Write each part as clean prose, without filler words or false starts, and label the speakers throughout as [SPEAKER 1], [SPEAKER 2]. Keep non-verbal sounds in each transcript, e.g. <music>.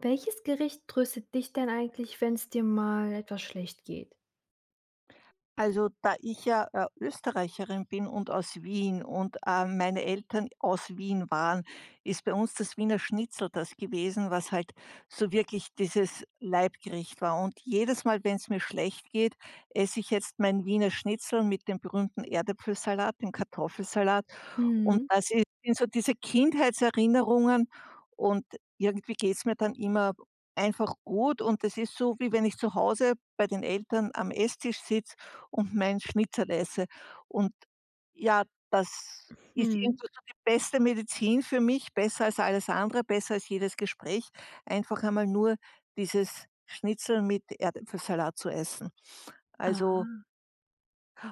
[SPEAKER 1] Welches Gericht tröstet dich denn eigentlich, wenn es dir mal etwas schlecht geht?
[SPEAKER 2] Also, da ich ja, Österreicherin bin und aus Wien und, meine Eltern aus Wien waren, ist bei uns das Wiener Schnitzel das gewesen, was halt so wirklich dieses Leibgericht war. Und jedes Mal, wenn es mir schlecht geht, esse ich jetzt mein Wiener Schnitzel mit dem berühmten Erdäpfelsalat, dem Kartoffelsalat. Und
[SPEAKER 1] Mhm,
[SPEAKER 2] das ist sind so diese Kindheitserinnerungen und irgendwie geht es mir dann immer einfach gut. Und das ist so, wie wenn ich zu Hause bei den Eltern am Esstisch sitze und mein Schnitzeressen. Und ja, das ist irgendwie
[SPEAKER 1] mhm.
[SPEAKER 2] so die beste Medizin für mich, besser als alles andere, besser als jedes Gespräch, einfach einmal nur dieses Schnitzel mit Erdäpfelsalat zu essen. Also,
[SPEAKER 1] Ah.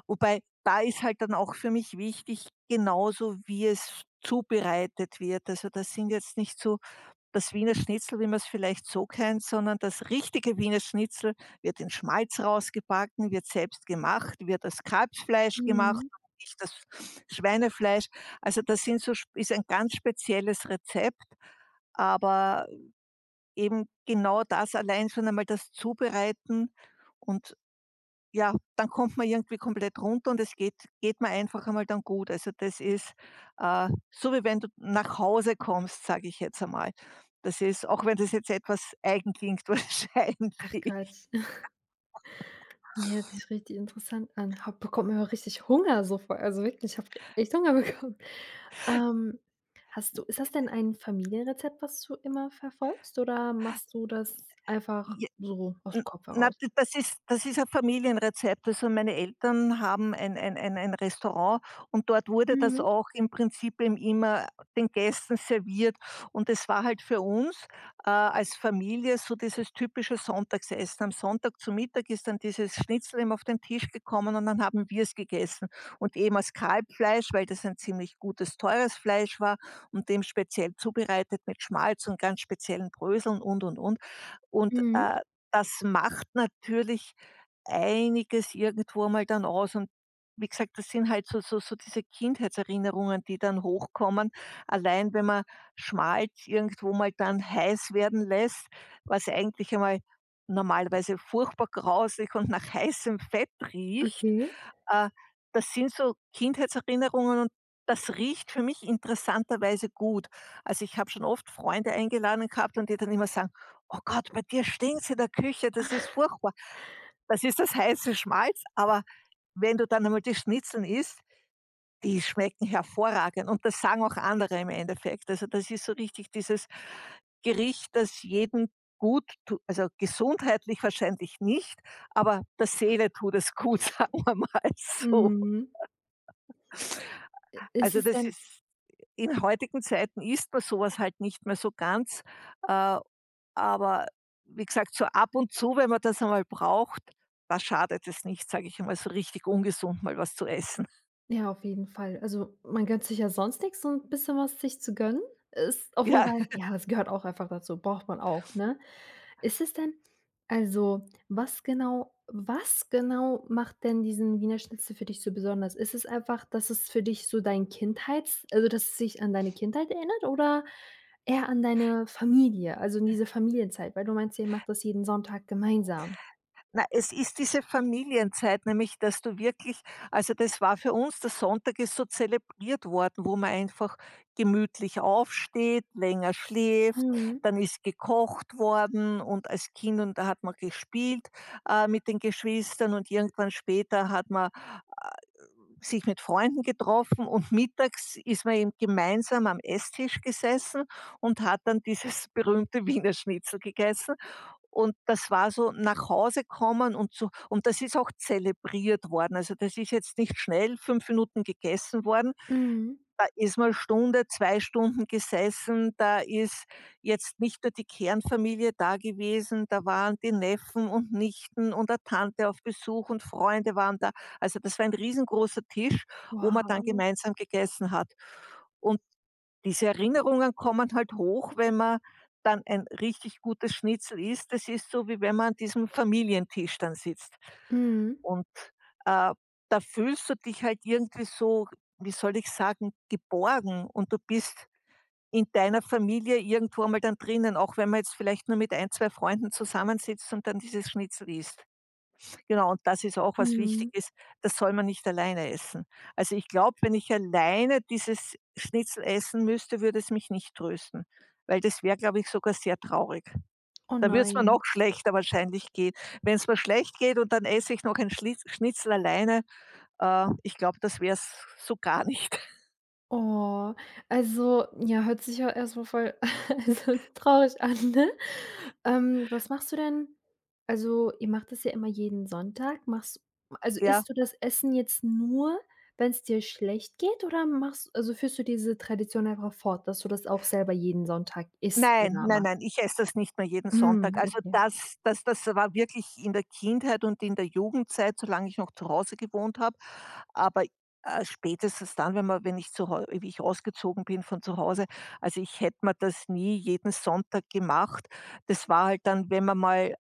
[SPEAKER 2] wobei da ist halt dann auch für mich wichtig, genauso wie es zubereitet wird. Also, das sind jetzt nicht so das Wiener Schnitzel, wie man es vielleicht so kennt, sondern das richtige Wiener Schnitzel wird in Schmalz rausgebacken, wird selbst gemacht, wird aus Kalbsfleisch gemacht,
[SPEAKER 1] Mhm.
[SPEAKER 2] nicht das Schweinefleisch. Also, das sind so sp ist ein ganz spezielles Rezept, aber eben genau das, allein schon einmal das Zubereiten, und ja, dann kommt man irgendwie komplett runter und es geht mir einfach einmal dann gut. Also, das ist, so wie wenn du nach Hause kommst, sage ich jetzt einmal. Das ist, auch wenn das jetzt etwas eigen klingt, <laughs>
[SPEAKER 1] Ach Gott.
[SPEAKER 2] wahrscheinlich.
[SPEAKER 1] <laughs> Ne, hört sich richtig interessant an. Habe bekommt mir aber richtig Hunger so vor, also wirklich, ich habe echt Hunger <laughs> bekommen. Ähm, hast du Ist das denn ein Familienrezept, was du immer verfolgst, oder machst du das einfach so aus
[SPEAKER 2] N
[SPEAKER 1] dem Kopf
[SPEAKER 2] na,
[SPEAKER 1] heraus?
[SPEAKER 2] d das ist ein Familienrezept. Also, meine Eltern haben ein Restaurant und dort wurde das
[SPEAKER 1] Mhm,
[SPEAKER 2] auch im Prinzip eben immer den Gästen serviert. Und es war halt für uns, als Familie so dieses typische Sonntagsessen. Am Sonntag zu Mittag ist dann dieses Schnitzel eben auf den Tisch gekommen und dann haben wir es gegessen. Und eben als Kalbfleisch, weil das ein ziemlich gutes, teures Fleisch war und eben speziell zubereitet mit Schmalz und ganz speziellen Bröseln und, und. Und,
[SPEAKER 1] mhm.
[SPEAKER 2] das macht natürlich einiges irgendwo einmal dann aus und wie gesagt, das sind halt so diese Kindheitserinnerungen, die dann hochkommen. Allein wenn man Schmalz irgendwo mal dann heiß werden lässt, was eigentlich einmal normalerweise furchtbar grausig und nach heißem Fett riecht.
[SPEAKER 1] Okay.
[SPEAKER 2] Äh, Das sind so Kindheitserinnerungen und das riecht für mich interessanterweise gut. Also, ich habe schon oft Freunde eingeladen gehabt und die dann immer sagen: „Oh Gott, bei dir stinkt's in der Küche, das ist furchtbar.“ Das ist das heiße Schmalz, aber wenn du dann einmal die Schnitzeln isst, die schmecken hervorragend und das sagen auch andere im Endeffekt. Also, das ist so richtig dieses Gericht, das jedem gut tu, also, gesundheitlich wahrscheinlich nicht, aber der Seele tut es gut, <laughs> sagen wir mal so.
[SPEAKER 1] Mhm. I ist
[SPEAKER 2] Also,
[SPEAKER 1] es
[SPEAKER 2] das
[SPEAKER 1] denn
[SPEAKER 2] ist, in heutigen Zeiten isst man sowas halt nicht mehr so ganz, äh aber wie gesagt, so ab und zu, wenn man das einmal braucht, was schadet es nicht, sage ich einmal, so richtig ungesund mal was zu essen. <laughs>
[SPEAKER 1] Ja, auf jeden Fall. Also, man gönnt sich ja sonst nichts. So ein bisschen was sich zu gönnen, ist auf jeden
[SPEAKER 2] Ja,
[SPEAKER 1] Fall, ja, das gehört auch einfach dazu, braucht man auch, ne? Ist es denn was genau macht denn diesen Wiener Schnitzel für dich so besonders? Ist es einfach, dass es für dich so dein Kindheits also, dass es sich an deine Kindheit erinnert, oder eher an deine Familie, also an diese Familienzeit? Weil du meinst, ihr macht das jeden Sonntag gemeinsam.
[SPEAKER 2] na, es ist diese Familienzeit, nämlich, dass du wirklich, also das war für uns, der Sonntag ist so zelebriert worden, wo man einfach gemütlich aufsteht, länger schläft,
[SPEAKER 1] Mhm.
[SPEAKER 2] dann ist gekocht worden und als Kind, und da hat man gespielt, mit den Geschwistern, und irgendwann später hat man sich mit Freunden getroffen und mittags ist man eben gemeinsam am Esstisch gesessen und hat dann dieses <laughs> berühmte Wiener Schnitzel gegessen. Und das war so nach Hause kommen und so, und das ist auch zelebriert worden. Also, das ist jetzt nicht schnell 5 Minuten gegessen worden,
[SPEAKER 1] Mhm.
[SPEAKER 2] da ist mal Stunde, 2 Stunden gesessen, da ist jetzt nicht nur die Kernfamilie da gewesen, da waren die Neffen und Nichten und 'ne Tante auf Besuch und Freunde waren da. Also, das war ein riesengroßer Tisch, wo man dann
[SPEAKER 1] Wow.
[SPEAKER 2] gemeinsam gegessen hat. Und diese Erinnerungen kommen halt hoch, wenn man dann ein richtig gutes Schnitzel isst. Das ist so, wie wenn man an diesem Familientisch dann sitzt.
[SPEAKER 1] Mhm.
[SPEAKER 2] Und, äh, da fühlst du dich halt irgendwie so, wie soll ich sagen, geborgen, und du bist in deiner Familie irgendwo einmal dann drinnen, auch wenn man jetzt vielleicht nur mit ein 2 Freunden zusammensitzt und dann dieses Schnitzel isst. Genau, und das ist auch, was wichtig
[SPEAKER 1] Mhm.
[SPEAKER 2] ist, das soll man nicht alleine essen. Also, ich glaube, wenn ich alleine dieses Schnitzel essen müsste, würde es mich nicht trösten, weil das wäre, glaube ich, sogar sehr traurig.
[SPEAKER 1] Oh
[SPEAKER 2] Da würde es mir noch
[SPEAKER 1] nein.
[SPEAKER 2] schlechter wahrscheinlich gehen, wenn es mir schlecht geht und dann esse ich noch ein Schli Schnitzel alleine, ich glaube, das wäre es so gar nicht. <laughs>
[SPEAKER 1] Oh, also, ja, hört sich ja erstmal voll <laughs> also traurig an, ne? Was machst du denn ihr macht das ja immer jeden Sonntag. Machst Also,
[SPEAKER 2] Ja.
[SPEAKER 1] isst du das Essen jetzt nur, wenn es dir schlecht geht, oder machst also, führst du diese Tradition einfach fort, dass du das auch selber jeden Sonntag isst
[SPEAKER 2] Nein,
[SPEAKER 1] oder
[SPEAKER 2] nein, nein,
[SPEAKER 1] machst?
[SPEAKER 2] ich esse das nicht mehr jeden Sonntag.
[SPEAKER 1] Hm,
[SPEAKER 2] Also,
[SPEAKER 1] okay.
[SPEAKER 2] das war wirklich in der Kindheit und in der Jugendzeit, solange ich noch zu Hause gewohnt habe. Aber, spätestens dann, wenn ich zu Hau wie ich ausgezogen bin von zu Hause, also, ich hätte mir das nie jeden Sonntag gemacht. Das war halt dann, wenn man mal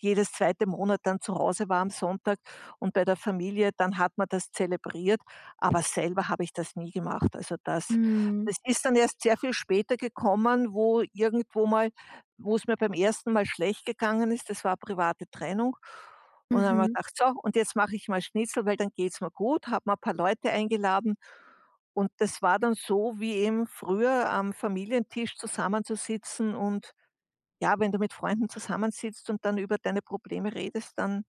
[SPEAKER 2] jedes zweite Monat dann zu Hause war am Sonntag und bei der Familie, dann hat man das zelebriert, aber selber habe ich das nie gemacht. Also, das
[SPEAKER 1] Mhm.
[SPEAKER 2] das ist dann erst sehr viel später gekommen, wo irgendwo mal wo es mir beim ersten Mal schlecht gegangen ist, das war private Trennung. Und dann habe ich
[SPEAKER 1] Mhm.
[SPEAKER 2] gedacht: „So, und jetzt mache ich mal Schnitzel, weil dann geht's mir gut.“ Habe mir paar Leute eingeladen und das war dann so wie eben früher am Familientisch zusammenzusitzen, und ja, wenn du mit Freunden zusammensitzt und dann über deine Probleme redest, dann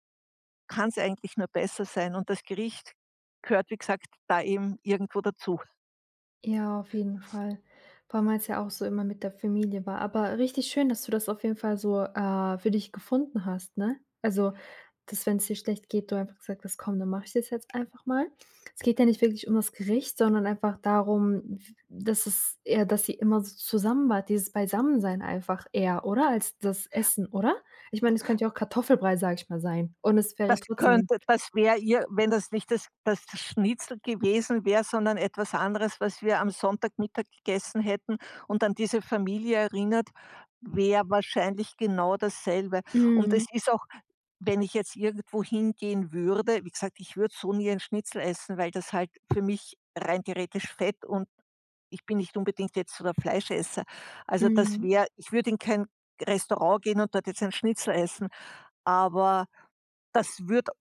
[SPEAKER 2] kann es eigentlich nur besser sein, und das Gericht gehört, wie gesagt, da eben irgendwo dazu.
[SPEAKER 1] Ja, auf jeden Fall. Vor allem, weil es ja auch so immer mit der Familie war. Aber richtig schön, dass du das auf jeden Fall so, für dich gefunden hast, ne? Also, dass, wenn es dir schlecht geht, du einfach gesagt hast: „Komm, dann mache ich das jetzt einfach mal.“ Es geht ja nicht wirklich um das Gericht, sondern einfach darum, w dass es eher, dass sie immer so zusammen war, dieses Beisammensein einfach eher, oder? Als das Essen, oder? Ich meine, es könnte ja auch Kartoffelbrei, sag ich mal, sein, und es
[SPEAKER 2] Das
[SPEAKER 1] wäre trotzdem.
[SPEAKER 2] könnte das wäre ihr Wenn das nicht das Schnitzel gewesen wäre, sondern etwas anderes, was wir am Sonntagmittag gegessen hätten und an diese Familie erinnert, wäre wahrscheinlich genau dasselbe. Und es
[SPEAKER 1] Mhm,
[SPEAKER 2] ist auch, wenn ich jetzt irgendwo hingehen würde, wie gesagt, ich würde so nie ein Schnitzel essen, weil das halt für mich rein theoretisch Fett und, ich bin nicht unbedingt jetzt so der Fleischesser. Also, das
[SPEAKER 1] mhm.
[SPEAKER 2] wäre, ich würde in kein Restaurant gehen und dort jetzt ein Schnitzel essen, aber das würde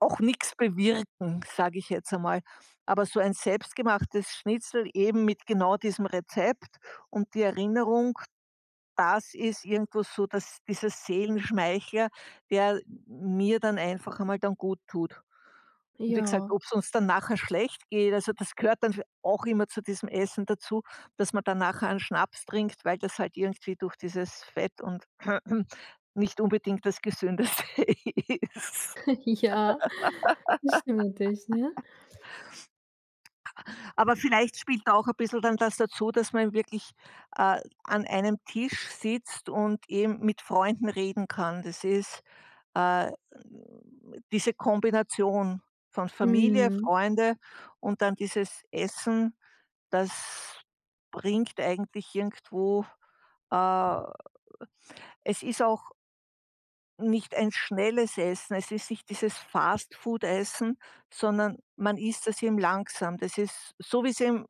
[SPEAKER 2] auch nichts bewirken, sage ich jetzt einmal. Aber so ein selbstgemachtes Schnitzel eben mit genau diesem Rezept und die Erinnerung, das ist irgendwo so, dass dieser Seelenschmeichler, der mir dann einfach einmal dann gut tut. Und wie gesagt,
[SPEAKER 1] Ja,
[SPEAKER 2] ob es uns dann nachher schlecht geht, also das gehört dann auch immer zu diesem Essen dazu, dass man dann nachher einen Schnaps trinkt, weil das halt irgendwie durch dieses Fett und <clears throat> nicht unbedingt das Gesündeste <laughs> ist.
[SPEAKER 1] <laughs> ja, das stimmt natürlich, ne?
[SPEAKER 2] Aber vielleicht spielt auch ein bisschen dann das dazu, dass man wirklich, an einem Tisch sitzt und eben mit Freunden reden kann. Das ist, Äh, diese Kombination von Familie,
[SPEAKER 1] Mhm.
[SPEAKER 2] Freunde und dann dieses Essen, das bringt eigentlich irgendwo, äh, es ist auch nicht ein schnelles Essen. Es ist nicht dieses Fastfood-Essen, sondern man isst das eben langsam. Das ist so, wie es eben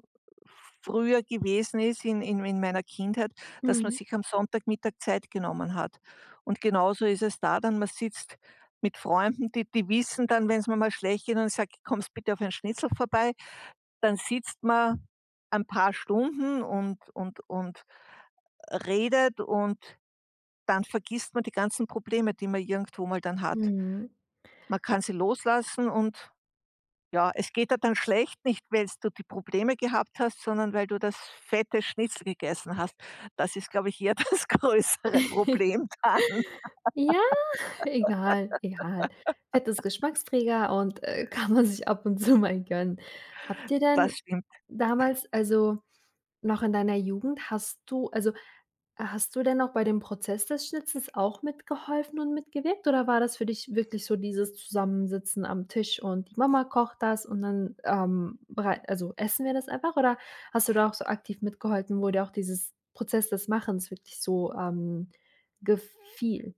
[SPEAKER 2] früher gewesen ist in meiner Kindheit, dass man
[SPEAKER 1] Mhm.
[SPEAKER 2] sich am Sonntagmittag Zeit genommen hat. Und genauso ist es da dann. Man sitzt mit Freunden, die wissen dann, wenn's mir mal schlecht geht und ich sage: „Kommst bitte auf ein Schnitzel vorbei?“ Dann sitzt man ein paar Stunden und redet, und dann vergisst man die ganzen Probleme, die man irgendwo mal dann hat.
[SPEAKER 1] Mhm.
[SPEAKER 2] Man
[SPEAKER 1] Ha
[SPEAKER 2] kann sie loslassen und ja, es geht dir dann schlecht, nicht weil du die Probleme gehabt hast, sondern weil du das fette Schnitzel gegessen hast. Das ist, glaube ich, eher <laughs> das größere
[SPEAKER 1] <laughs>
[SPEAKER 2] Problem dann.
[SPEAKER 1] ja, egal, egal. Fett ist Geschmacksträger und, <laughs> kann man sich ab und zu mal gönnen. Habt ihr
[SPEAKER 2] Das
[SPEAKER 1] denn
[SPEAKER 2] stimmt.
[SPEAKER 1] damals noch in deiner Jugend hast du also, hast du denn auch bei dem Prozess des Schnitzens auch mitgeholfen und mitgewirkt, oder war das für dich wirklich so dieses Zusammensitzen am Tisch und die Mama kocht das und dann, berei also, essen wir das einfach, oder hast du da auch so aktiv mitgeholfen, wo dir auch dieses Prozess des Machens wirklich so, gefiel?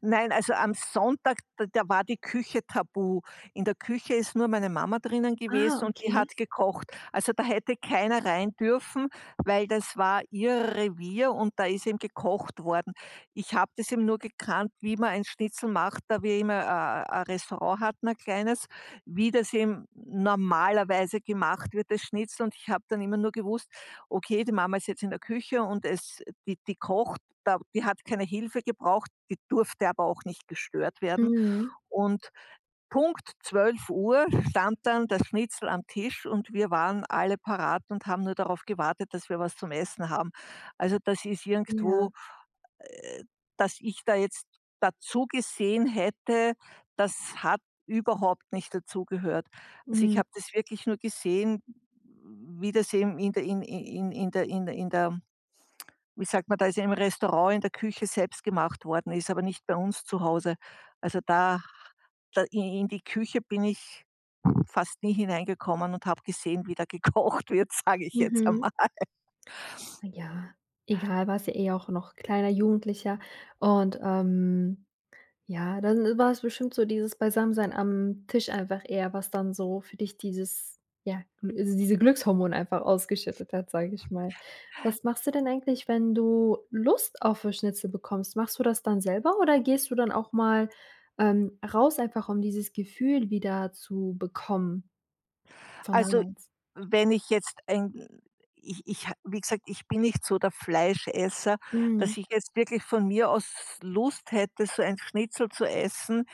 [SPEAKER 2] Nein, also am Sonntag, da war die Küche tabu. In der Küche ist nur meine Mama drinnen
[SPEAKER 1] Ah,
[SPEAKER 2] gewesen und die
[SPEAKER 1] okay.
[SPEAKER 2] hat gekocht. Also, da hätte keiner rein dürfen, weil das war ihr Revier und da ist eben gekocht worden. Ich habe das eben nur gekannt, wie man ein Schnitzel macht, da wir immer a Restaurant hatten, ein kleines, wie das eben normalerweise gemacht wird, das Schnitzel, und ich habe dann immer nur gewusst: „Okay, die Mama ist jetzt in der Küche und es, die kocht.“ Da, die hat keine Hilfe gebraucht, die durfte aber auch nicht gestört werden.
[SPEAKER 1] Mhm.
[SPEAKER 2] Und Punkt 12 Uhr stand dann das Schnitzel am Tisch und wir waren alle parat und haben nur darauf gewartet, dass wir was zum Essen haben. Also, das ist
[SPEAKER 1] Ja.
[SPEAKER 2] irgendwo, äh, dass ich da jetzt dazu gesehen hätte, das hat überhaupt nicht dazugehört. Also, ich
[SPEAKER 1] Mhm.
[SPEAKER 2] habe das wirklich nur gesehen, wie das eben in der in der in der in der wie sagt man, da ist ja im Restaurant in der Küche selbst gemacht worden, ist aber nicht bei uns zu Hause. Also da da i in die Küche bin ich fast nie hineingekommen und habe gesehen, wie da gekocht wird, <laughs> sage ich jetzt
[SPEAKER 1] Mhm.
[SPEAKER 2] einmal.
[SPEAKER 1] Ja, egal, warst ja eh auch noch kleiner Jugendlicher und, ja, dann war es bestimmt so dieses Beisammensein am Tisch einfach eher, was dann so für dich dieses, ja, also diese Glückshormone einfach ausgeschüttet hat, sage ich mal. Was machst du denn eigentlich, wenn du Lust auf 'ne Schnitzel bekommst? Machst du das dann selber oder gehst du dann auch mal, raus, einfach um dieses Gefühl wieder zu bekommen von
[SPEAKER 2] Also,
[SPEAKER 1] damals?
[SPEAKER 2] wenn ich jetzt ein ich ich ha wie gesagt, ich bin nicht so der Fleischesser, dass
[SPEAKER 1] Mhm,
[SPEAKER 2] ich jetzt wirklich von mir aus Lust hätte, so ein Schnitzel zu essen.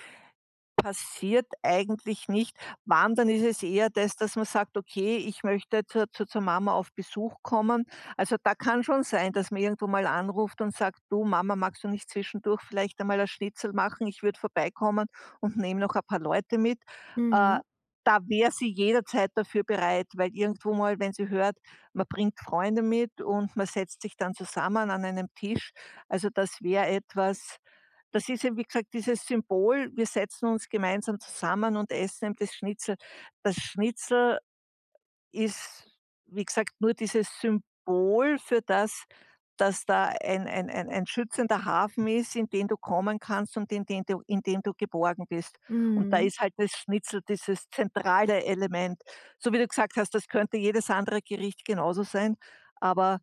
[SPEAKER 2] Passiert eigentlich nicht. Wandern ist es eher das, dass man sagt: „Okay, ich möchte zur Mama auf Besuch kommen.“ Also, da kann schon sein, dass man irgendwo mal anruft und sagt: „Du Mama, magst du nicht zwischendurch vielleicht einmal ein Schnitzel machen? Ich würde vorbeikommen und nehme noch ein paar Leute mit.“ Äh,
[SPEAKER 1] mhm,
[SPEAKER 2] Da wäre sie jederzeit dafür bereit, weil irgendwo mal, wenn sie hört, man bringt Freunde mit und man setzt sich dann zusammen an einem Tisch. Also, das wäre etwas, das ist ja, wie gesagt, dieses Symbol, wir setzen uns gemeinsam zusammen und essen eben das Schnitzel. Das Schnitzel ist, wie gesagt, nur dieses Symbol für das, dass da ein schützender Hafen ist, in den du kommen kannst und in den du, in dem du geborgen bist. Und da
[SPEAKER 1] mhm.
[SPEAKER 2] ist halt das Schnitzel dieses zentrale Element. So wie du gesagt hast, das könnte jedes andere Gericht genauso sein, aber,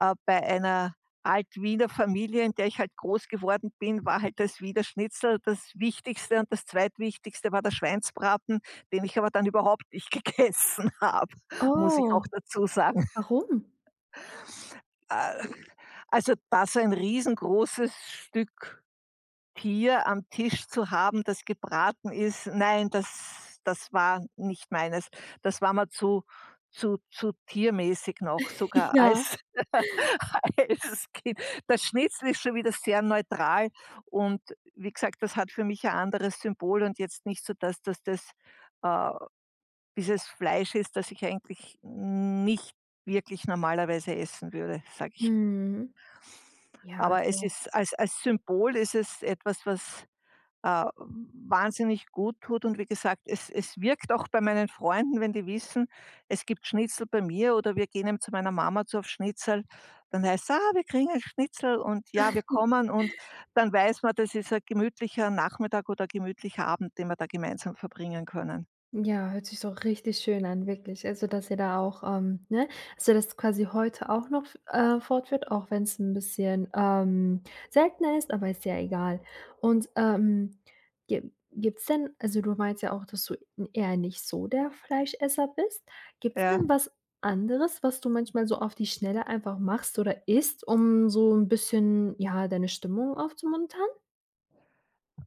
[SPEAKER 2] bei einer Alt-Wiener Familie, in der ich halt groß geworden bin, war halt das Wiener Schnitzel das Wichtigste und das Zweitwichtigste war der Schweinsbraten, den ich aber dann überhaupt nicht <laughs> gegessen habe, muss ich auch
[SPEAKER 1] Oh,
[SPEAKER 2] dazu sagen.
[SPEAKER 1] warum?
[SPEAKER 2] Äh, also, das, ein riesengroßes Stück Tier am Tisch zu haben, das gebraten ist, nein, das war nicht meines. Das war mir zu zu tiermäßig noch,
[SPEAKER 1] <laughs>
[SPEAKER 2] sogar
[SPEAKER 1] Ja,
[SPEAKER 2] als <laughs> als Kind. Das Schnitzel ist schon wieder sehr neutral und wie gesagt, das hat für mich ein anderes Symbol und jetzt nicht so, dass äh dieses Fleisch ist, das ich eigentlich nicht wirklich normalerweise essen würde, sage ich.
[SPEAKER 1] mhm. Ja,
[SPEAKER 2] Aber
[SPEAKER 1] ist ja
[SPEAKER 2] es
[SPEAKER 1] auch.
[SPEAKER 2] ist, als als Symbol ist es etwas, was, äh, wahnsinnig gut tut, und wie gesagt, es wirkt auch bei meinen Freunden, wenn die wissen, es gibt Schnitzel bei mir oder wir gehen eben zu meiner Mama zu auf Schnitzel, dann heißt's: „Ah, wir kriegen ein Schnitzel und ja, wir
[SPEAKER 1] <laughs>
[SPEAKER 2] kommen“, und dann weiß man, das ist ein gemütlicher Nachmittag oder ein gemütlicher Abend, den wir da gemeinsam verbringen können.
[SPEAKER 1] Ja, hört sich so richtig schön an, wirklich. Also, dass ihr da auch, ne, dass ihr das quasi heute auch noch f fortführt, auch wenn es ein bisschen, seltener ist, aber ist ja egal. Und, gi gibt's denn du meinst ja auch, dass du eher nicht so der Fleischesser bist. Gibt's
[SPEAKER 2] Ja.
[SPEAKER 1] denn was anderes, was du manchmal so auf die Schnelle einfach machst oder isst, um so ein bisschen, ja, deine Stimmung aufzumuntern?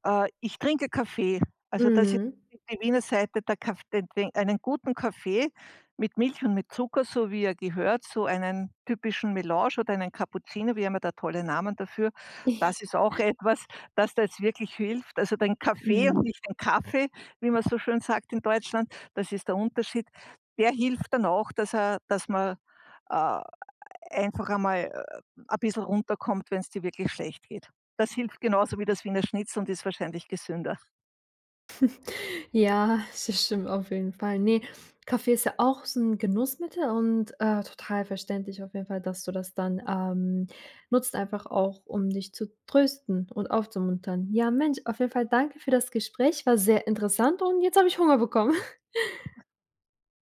[SPEAKER 2] Ich trinke Kaffee. Also, das ist
[SPEAKER 1] Mhm.
[SPEAKER 2] die Wiener Seite, der Kaff den, den einen guten Kaffee mit Milch und mit Zucker, so wie er gehört, so einen typischen Melange oder einen Cappuccino, wir haben ja da tolle Namen dafür. Das
[SPEAKER 1] <laughs>
[SPEAKER 2] ist auch etwas, das da jetzt wirklich hilft. Also, den Kaffee und
[SPEAKER 1] Mhm.
[SPEAKER 2] nicht den Kaffee, wie man so schön sagt in Deutschland, das ist der Unterschied. Der hilft dann auch, dass er dass man, äh einfach einmal, ein bisschen runterkommt, wenn es dir wirklich schlecht geht. Das hilft genauso wie das Wiener Schnitzel und ist wahrscheinlich gesünder.
[SPEAKER 1] Ja, das stimmt auf jeden Fall. Ne, Kaffee ist ja auch so 'n Genussmittel und, total verständlich auf jeden Fall, dass du das dann, nutzt, einfach auch, um dich zu trösten und aufzumuntern. Ja, Mensch, auf jeden Fall danke für das Gespräch, war sehr interessant und jetzt habe ich Hunger bekommen.